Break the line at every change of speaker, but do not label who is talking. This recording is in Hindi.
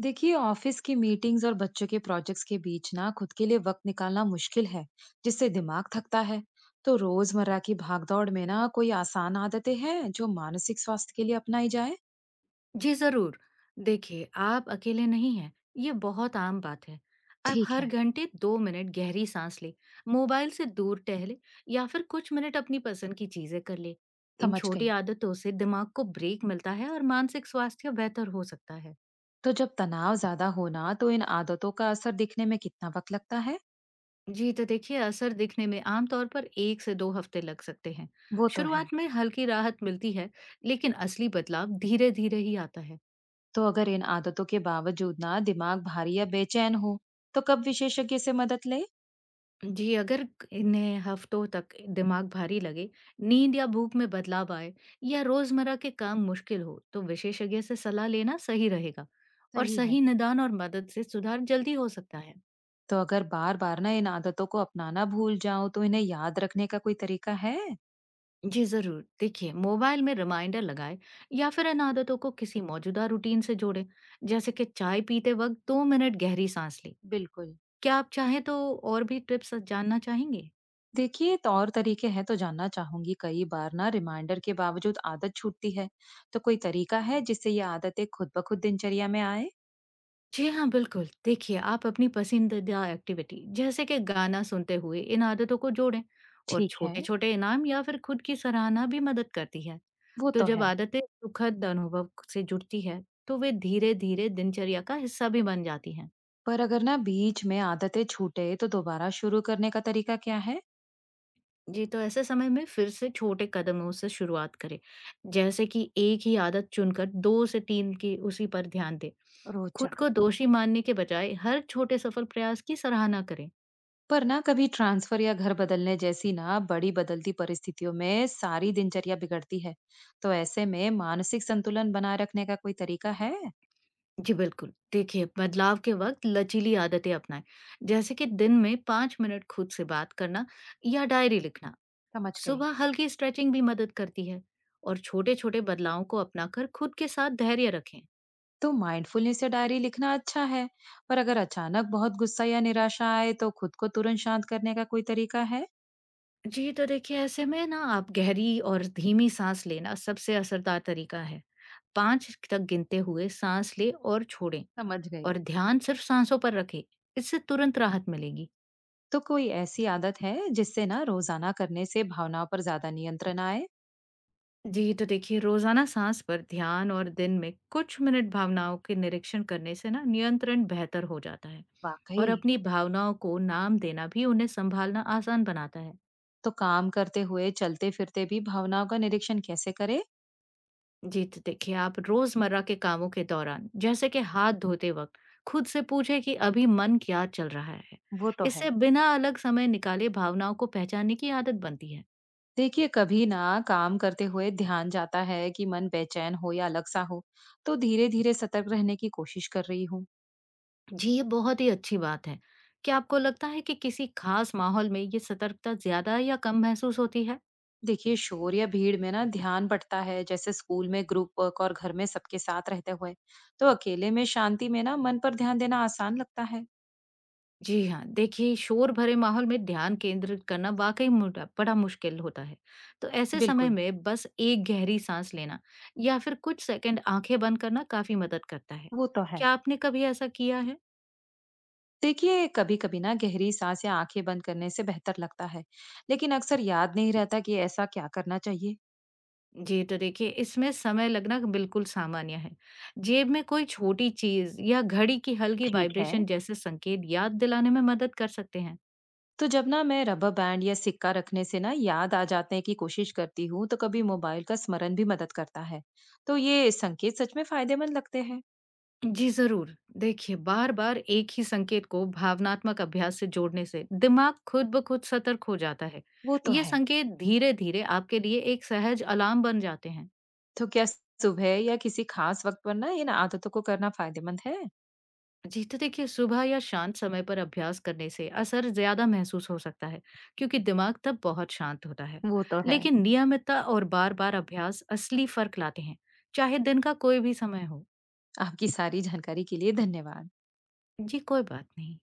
देखिए ऑफिस की मीटिंग्स और बच्चों के प्रोजेक्ट्स के बीच ना खुद के लिए वक्त निकालना मुश्किल है, जिससे दिमाग थकता है। तो रोजमर्रा की भागदौड़ में ना कोई आसान आदतें हैं जो मानसिक स्वास्थ्य के लिए अपनाई जाए?
जी जरूर। देखिए, आप अकेले नहीं हैं। ये बहुत आम बात है। आप
ठीक
हर
है।
घंटे दो मिनट गहरी सांस ले, मोबाइल से दूर टहले, या फिर कुछ मिनट अपनी पसंद की चीजें कर ले। इन
समझ
छोटी
गई।
आदतों से दिमाग को ब्रेक मिलता है और मानसिक स्वास्थ्य बेहतर हो सकता है।
तो जब तनाव ज्यादा होना तो इन आदतों का असर दिखने में कितना वक्त लगता है?
जी, तो देखिए असर दिखने में आमतौर पर एक से दो हफ्ते लग सकते हैं।
वो तो है।
शुरुआत में हल्की राहत मिलती है, लेकिन असली बदलाव धीरे धीरे ही आता है।
तो अगर इन आदतों के बावजूद ना दिमाग भारी या बेचैन हो, तो कब विशेषज्ञ से मदद ले?
जी, अगर क इन्हें हफ्तों तक दिमाग भारी लगे, नींद या भूख में बदलाव आए, या रोज़मर्रा के काम मुश्किल हो, तो विशेषज्ञ से सलाह लेना सही रहेगा। और
सही है।
सही निदान और मदद से सुधार जल्दी हो सकता है।
तो अगर बार बार ना इन आदतों को अपनाना भूल जाऊं तो इन्हें याद रखने का कोई तरीका है?
जी ज़रूर, देखिए मोबाइल में रिमाइंडर लगाएँ, या फिर इन आदतों को किसी मौजूदा रूटीन से जोड़ें, जैसे कि चाय पीते वक़्त 2 मिनट गहरी साँस लें।
बिल्कुल।
क्या आप चाहें तो और भी टिप्स जानना चाहेंगे?
देखिए तो और तरीके हैं तो जानना चाहूंगी। कई बार ना रिमाइंडर के बावजूद आदत छूटती है, तो कोई तरीका है जिससे ये आदतें खुद ब खुद दिनचर्या में आए?
जी हाँ, बिल्कुल। देखिए, आप अपनी पसंदीदा एक्टिविटी जैसे कि गाना सुनते हुए इन आदतों को जोड़ें, और
ठीक है।
छोटे-छोटे इनाम या फिर खुद की सराहना भी मदद करती है।
वो
तो
तो
जब
है।
आदतें सुखद अनुभव से जुड़ती है, तो वे धीरे-धीरे दिनचर्या का हिस्सा भी बन जाती हैं।
पर अगर ना बीच में आदतें छूटे तो दोबारा शुरू करने का तरीका क्या है?
जी, तो ऐसे समय में फिर से छोटे कदमों से शुरुआत करें, जैसे कि एक ही आदत चुनकर 2 से 3 की उसी पर ध्यान दें। खुद
रोचक।
को दोषी मानने के बजाय हर छोटे सफल प्रयास की सराहना करें।
पर ना कभी ट्रांसफर या घर बदलने जैसी ना बड़ी बदलती परिस्थितियों में सारी दिनचर्या बिगड़ती है, तो ऐसे में मानसिक संतुलन बनाए रखने का कोई तरीका है?
जी बिल्कुल। देखिए, बदलाव के वक़्त लचीली आदतें अपनाएँ, जैसे कि दिन में 5 मिनट खुद से बात करना या डायरी लिखना।
समझ गई।
सुबह हल्की स्ट्रेचिंग भी मदद करती है, और छोटे-छोटे बदलावों को अपनाकर खुद के साथ धैर्य रखें।
तो माइंडफुलनेस या डायरी लिखना अच्छा है, पर अगर अचानक बहुत गुस्सा या निराशा आए तो खुद को तुरंत शांत करने का कोई तरीका है?
जी, तो देखिए ऐसे में ना आप गहरी और धीमी साँस लेना सबसे असरदार तरीका है। 5 तक गिनते हुए साँस लें और छोड़ें,
समझ गई।
और ध्यान सिर्फ साँसों पर रखें। इससे तुरंत राहत मिलेगी।
तो कोई ऐसी आदत है जिससे ना रोजाना करने से भावनाओं पर ज्यादा नियंत्रण आए?
जी, तो देखिए रोजाना साँस पर ध्यान और दिन में कुछ मिनट भावनाओं के निरीक्षण करने से ना नियंत्रण बेहतर हो जाता है,
वाकई।
और अपनी भावनाओं को नाम देना भी उन्हें संभालना आसान बनाता है।
तो काम करते हुए चलते फिरते भी भावनाओं का निरीक्षण कैसे करे?
जी, तो देखिए आप रोजमर्रा के कामों के दौरान जैसे कि हाथ धोते वक्त खुद से पूछे कि अभी मन क्या चल रहा है।
वो तो है।
इससे बिना अलग समय निकाले भावनाओं को पहचानने की आदत बनती है।
देखिए कभी ना काम करते हुए ध्यान जाता है कि मन बेचैन हो या अलग सा हो, तो धीरे धीरे सतर्क रहने की कोशिश कर रही हूँ।
जी, ये बहुत ही अच्छी बात है। क्या आपको लगता है कि किसी खास माहौल में ये सतर्कता ज़्यादा या कम महसूस होती है?
देखिए शोर या भीड़ में ना ध्यान बढ़ता है, जैसे स्कूल में ग्रुप वर्क और घर में सबके साथ रहते हुए। तो अकेले में शांति में ना मन पर ध्यान देना आसान लगता है।
जी हाँ, देखिए शोर भरे माहौल में ध्यान केंद्रित करना वाकई मुटा बड़ा मुश्किल होता है। तो ऐसे समय
बिल्कुल।
में बस एक गहरी सांस लेना या फिर कुछ सेकंड आंखें बंद करना काफी मदद करता है।
वो तो है।
क्या आपने कभी ऐसा किया है?
देखिए कभी कभी ना गहरी सांस या आंखें बंद करने से बेहतर लगता है, लेकिन अक्सर याद नहीं रहता कि ऐसा क्या करना चाहिए।
जी, तो देखिए इसमें समय लगना बिल्कुल सामान्य है। जेब में कोई छोटी चीज या घड़ी की हल्की
ठीक है।
वाइब्रेशन जैसे संकेत याद दिलाने में मदद कर सकते हैं।
तो जब ना मैं रबर बैंड या सिक्का रखने से ना याद आ जाने की कोशिश करती हूँ तो कभी मोबाइल का स्मरण भी मदद करता है। तो ये संकेत सच में फायदेमंद लगते हैं।
जी जरूर, देखिए बार बार एक ही संकेत को भावनात्मक अभ्यास से जोड़ने से दिमाग खुद ब खुद सतर्क हो जाता है।
वो तो
ये
है।
संकेत धीरे धीरे आपके लिए एक सहज अलार्म बन जाते हैं।
तो क्या सुबह या किसी खास वक्त पर ना इन आदतों को करना फायदेमंद है?
जी, तो देखिए सुबह या शांत समय पर अभ्यास करने से असर ज्यादा महसूस हो सकता है, क्योंकि दिमाग तब बहुत शांत होता है।
वो तो है।
लेकिन नियमितता और बार बार अभ्यास असली फर्क लाते हैं, चाहे दिन का कोई भी समय हो।
आपकी सारी जानकारी के लिए धन्यवाद।
जी कोई बात नहीं।